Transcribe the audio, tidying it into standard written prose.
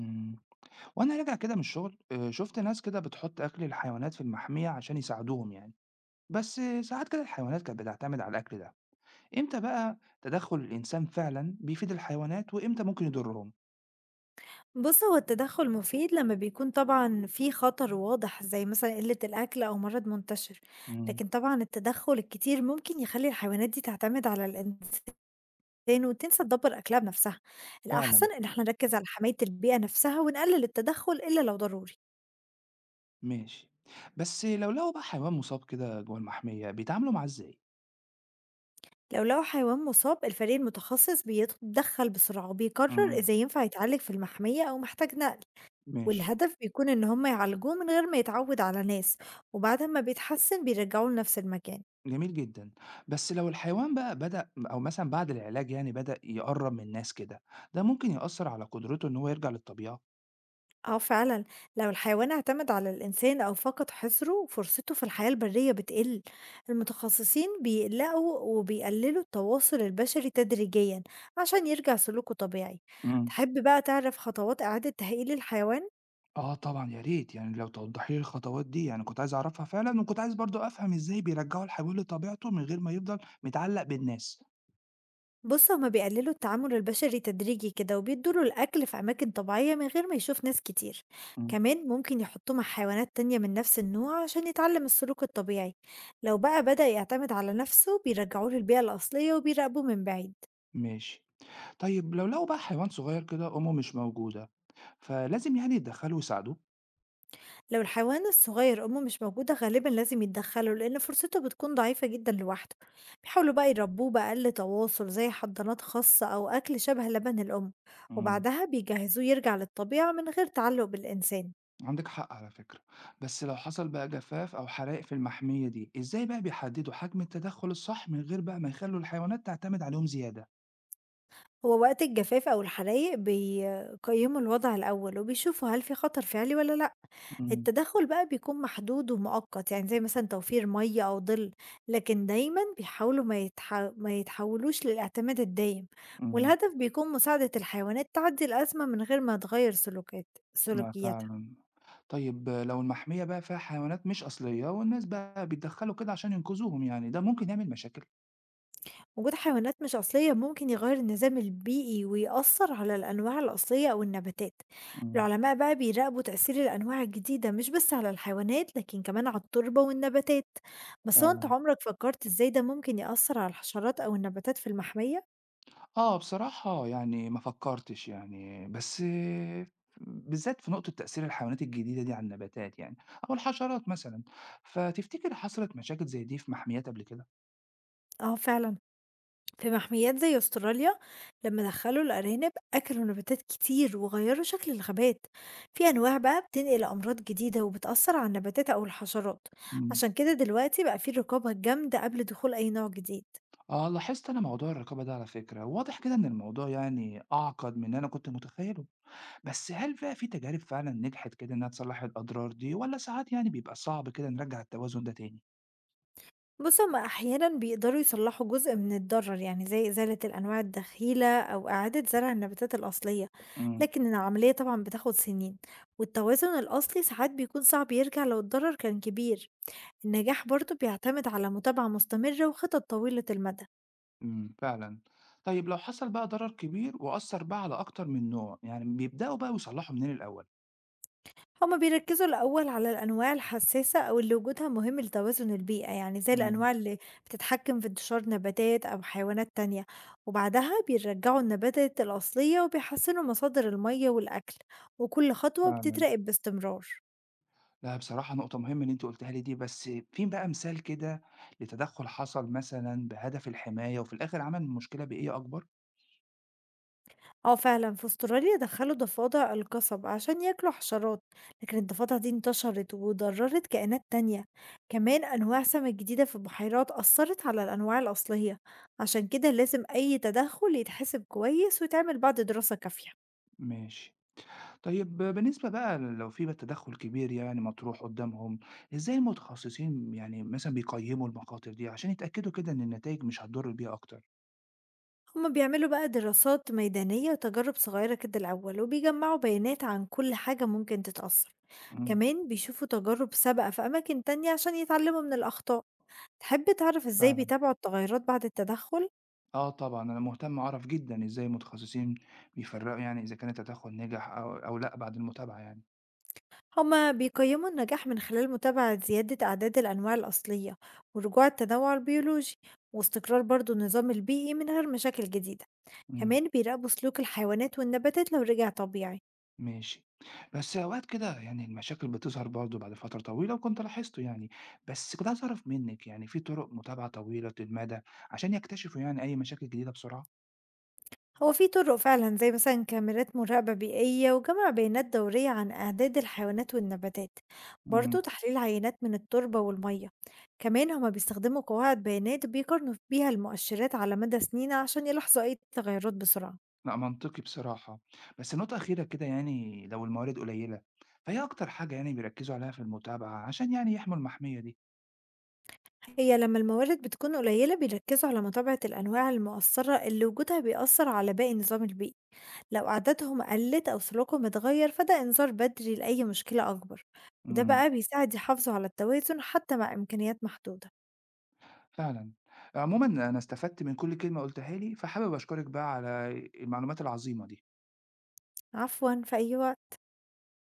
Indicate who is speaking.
Speaker 1: إمم. وأنا راجع كده من الشغل شُفت ناس كده بتحُط أكل الحيوانات في المحمية عشان يساعدوهم يعني، بس ساعات كده الحيوانات كانت بتعتمد على الأكل ده، إمتى بقى تدخُّل الإنسان فعلًا بيفيد الحيوانات وإمتى ممكن يضرهم؟
Speaker 2: بُص، هو التدخُّل مفيد لمّا بيكون طبعًا في خطر واضح، زي مثلًا قِلّة الأكل أو مرض منتشر.
Speaker 1: إمم،
Speaker 2: لكن طبعًا التدخُّل الكتير ممكن يخلّي الحيوانات دي تعتمد على الإنسان وتنسى تدبّر أكلها بنفسها. الأحسن
Speaker 1: فعلًا،
Speaker 2: إن إحنا نركّز على حماية البيئة نفسها ونقلل التدخُّل إلا لو ضروري.
Speaker 1: ماشي. بس لو لقوا بقى حيوان مُصاب كده جوه المحمية بيتعاملوا معاه إزاي؟
Speaker 2: لو لقوا حيوان مُصاب الفريق المتخصص بيتدخّل بسرعة وبيقرر
Speaker 1: إمم،
Speaker 2: إذا ينفع يتعالج في المحمية أو محتاج نقل،
Speaker 1: ماشي،
Speaker 2: والهدف بيكون إن هم يعالجوه من غير ما يتعوّد على ناس، وبعد أمّا بيتحسن بيرجّعوه لنفس المكان.
Speaker 1: جميل جدًا. بس لو الحيوان بقى بدأ أو مثلًا بعد العلاج يعني بدأ يقرّب من الناس كده، ده ممكن يأثّر على قدرته إن هو يرجع للطبيعة؟
Speaker 2: آه فعلًا، لو الحيوان اعتمد على الإنسان أو فقد حِصْره، فرصته في الحياة البرية بتقِل. المتخصصين بيقلقوا وبيقللوا التواصل البشري تدريجيًا عشان يرجع سلوكه طبيعي.
Speaker 1: إمم.
Speaker 2: تحب بقى تعرف خطوات إعادة تهيئ الحيوان؟
Speaker 1: آه طبعًا يا ريت، يعني لو توضّحي لي الخطوات دي، يعني كنت عايز أعرفها فعلًا، وكنت عايز برضه أفهم إزاي بيرجّعوا الحيوان لطبيعته من غير ما يفضل متعلّق بالناس.
Speaker 2: بُص، هُم بيقللوا التعامل البشري تدريجي كده، وبيدّوا له الأكل في أماكن طبيعية من غير ما يشوف ناس كتير.
Speaker 1: إمم.
Speaker 2: كمان ممكن يحطوه مع حيوانات تانية من نفس النوع عشان يتعلم السلوك الطبيعي. لو بقى بدأ يعتمد على نفسه بيرجعوه للبيئة الأصلية وبيراقبوه من بعيد.
Speaker 1: ماشي. طيب لو لقوا بقى حيوان صغير كده أمه مش موجودة، فلازم يعني يتدخّلوا ويساعدوه؟
Speaker 2: لو الحيوان الصغير أمه مش موجودة غالبًا لازم يتدخلوا لأن فرصته بتكون ضعيفة جدًا لوحده. بيحاولوا بقى يربوه بأقل تواصل زي حضانات خاصة أو أكل شبه لبن الأم،
Speaker 1: إمم.
Speaker 2: وبعدها بيجهزوه يرجع للطبيعة من غير تعلق بالإنسان.
Speaker 1: عندِك حق على فكرة، بس لو حصل بقى جفاف أو حرائق في المحمية دي، إزاي بقى بيحدّدوا حجم التدخُّل الصح من غير بقى ما يخلّوا الحيوانات تعتمد عليهم زيادة؟
Speaker 2: هو وقت الجفاف أو الحرايق بيقيّموا الوضع الأول وبيشوفوا هل في خطر فعلي ولا لأ.
Speaker 1: إمم،
Speaker 2: التدخل بقى بيكون محدود ومؤقت، يعني زي مثلًا توفير مَيّة أو ظِل، لكن دايمًا بيحاولوا ما يتحولوش للاعتماد الدايم.
Speaker 1: إمم.
Speaker 2: والهدف بيكون مساعدة الحيوانات تعدّي الأزمة من غير ما تغيّر سلوكات
Speaker 1: لأ
Speaker 2: سلوكياتها.
Speaker 1: فعلًا. طيب لو المحمية بقى فيها حيوانات مش أصلية والناس بقى بيتدخّلوا كده عشان ينقذوهم يعني، ده ممكن يعمل مشاكل؟
Speaker 2: وجود حيوانات مش أصلية ممكن يغير النظام البيئي ويأثر على الأنواع الأصلية أو النباتات.
Speaker 1: إمم،
Speaker 2: العلماء بقى بيراقبوا تأثير الأنواع الجديدة مش بس على الحيوانات لكن كمان على التربة والنباتات. بس هو أنت
Speaker 1: فعلًا.
Speaker 2: عمرك فكرت إزاي ده ممكن يأثر على الحشرات أو النباتات في المحمية؟
Speaker 1: آه، بصراحة يعني ما فكّرتش يعني، بس بالذات في نقطة تأثير الحيوانات الجديدة دي على النباتات يعني أو الحشرات مثلًا، فتفتكر حصلت مشاكل زي دي في محميات قبل كده؟
Speaker 2: اه فعلا، في محميات زي أستراليا لما دخلوا الأرانب أكلوا نباتات كتير وغيروا شكل الغابات. في أنواع بقى بتنقل أمراض جديدة وبتأثر على النباتات أو الحشرات.
Speaker 1: إمم.
Speaker 2: عشان كده دلوقتي بقى في رقابة جامدة قبل دخول أي نوع جديد.
Speaker 1: آه، لاحظت أنا موضوع الرقابة ده على فكرة، وواضح كده إن الموضوع يعني أعقد من اللي أنا كنت متخيّله. بس هل بقى في تجارب فعلا نجحت كده إنها تصلح الأضرار دي ولا ساعات يعني بيبقى صعب كده نرجع التوازن ده تاني؟
Speaker 2: بص، هما أحيانا بيقدروا يصلحوا جزء من الضرر، يعني زي إزالة الأنواع الدخيلة أو إعادة زرع النباتات الأصلية.
Speaker 1: امم
Speaker 2: لكن العملية طبعا بتاخد سنين، والتوازن الأصلي ساعات بيكون صعب يرجع لو الضرر كان كبير. النجاح برضه بيعتمد على متابعة مستمرة وخطط طويلة المدى.
Speaker 1: فعلا. طيب لو حصل بقى ضرر كبير وأثر بقى على أكتر من نوع يعني بيبدأوا بقى يصلحوا منين الأول؟
Speaker 2: هما بيركزوا الأول على الأنواع الحساسة أو اللي وجودها مهم لتوازن البيئة، يعني زي
Speaker 1: امم
Speaker 2: الأنواع اللي بتتحكم في انتشار نباتات أو حيوانات تانية. وبعدها بيرجعوا النباتات الأصلية وبيحسنوا مصادر المية والأكل، وكل خطوة
Speaker 1: فعلا.
Speaker 2: بتتراقب باستمرار.
Speaker 1: لا بصراحة نقطة مهمة اللي أنت قلتها لي دي، بس فين بقى مثال كده لتدخل حصل مثلا بهدف الحماية وفي الآخر عمل المشكلة بإيه أكبر؟
Speaker 2: آه فعلًا، في أستراليا دخّلوا ضفادع القصب عشان ياكلوا حشرات، لكن الضفادع دي انتشرت وضرّرت كائنات تانية. كمان أنواع سمك جديدة في البحيرات أثّرت على الأنواع الأصلية. عشان كده لازم أي تدخُّل يتحسب كويس ويتعمل بعد دراسة كافية.
Speaker 1: ماشي. طيب بالنسبة بقى لو في بقى تدخُّل كبير يعني مطروح قدّامهم، إزاي المتخصصين يعني مثلًا بيقيّموا المخاطر دي عشان يتأكدوا كده إن النتايج مش هتضُر البيئة أكتر؟
Speaker 2: هُم بيعملوا بقى دراسات ميدانية وتجارب صغيرة كده الأول، وبيجمّعوا بيانات عن كل حاجة ممكن تتأثّر.
Speaker 1: إمم،
Speaker 2: كمان بيشوفوا تجارب سابقة في أماكن تانية عشان يتعلموا من الأخطاء. تحب تعرف إزاي
Speaker 1: فعلًا.
Speaker 2: بيتابعوا التغيرات بعد التدخّل؟
Speaker 1: آه طبعًا، أنا مهتم أعرف جدًا إزاي المتخصصين بيفرّقوا يعني إذا كان التدخُّل نجح أو لأ بعد المتابعة يعني.
Speaker 2: هما بيقيموا النجاح من خلال متابعة زيادة أعداد الأنواع الأصلية ورجوع التنوع البيولوجي واستقرار برضو النظام البيئي من غير مشاكل جديدة.
Speaker 1: إمم،
Speaker 2: كمان بيراقبوا سلوك الحيوانات والنباتات لو رجع طبيعي.
Speaker 1: ماشي. بس أوقات كده يعني المشاكل بتظهر برضه بعد فترة طويلة وكنت لاحظته يعني، بس كنت عايز أعرف منِّك يعني في طُرق متابعة طويلة المدى عشان يكتشفوا يعني أي مشاكل جديدة بسرعة؟
Speaker 2: هو في طرق فعلا زي مثلا كاميرات مراقبة بيئية وجمع بيانات دورية عن أعداد الحيوانات والنباتات.
Speaker 1: إمم.
Speaker 2: برضو تحليل عينات من التربة والمية. كمان هما بيستخدموا قواعد بيانات بيقارنوا بيها المؤشرات على مدى سنين عشان يلاحظوا أي تغيرات بسرعة.
Speaker 1: لأ منطقي بصراحة، بس نقطة أخيرة كده يعني لو الموارد قليلة، فإيه أكتر حاجة يعني بيركّزوا عليها في المتابعة عشان يعني يحموا المحمية دي؟
Speaker 2: هي لما الموارد بتكون قليلة بيركزوا على متابعة الأنواع المؤثرة اللي وجودها بيأثر على باقي النظام البيئي. لو أعدادهم قلت أو سلوكهم اتغير فده إنذار بدري لأي مشكلة أكبر. وده
Speaker 1: إمم،
Speaker 2: بقى بيساعد يحافظوا على التوازن حتى مع إمكانيات محدودة.
Speaker 1: فعلًا. عمومًا أنا استفدت من كل كلمة قُلتها لي، فحابب أشكرك بقى على المعلومات العظيمة دي.
Speaker 2: عفوا، في أي وقت.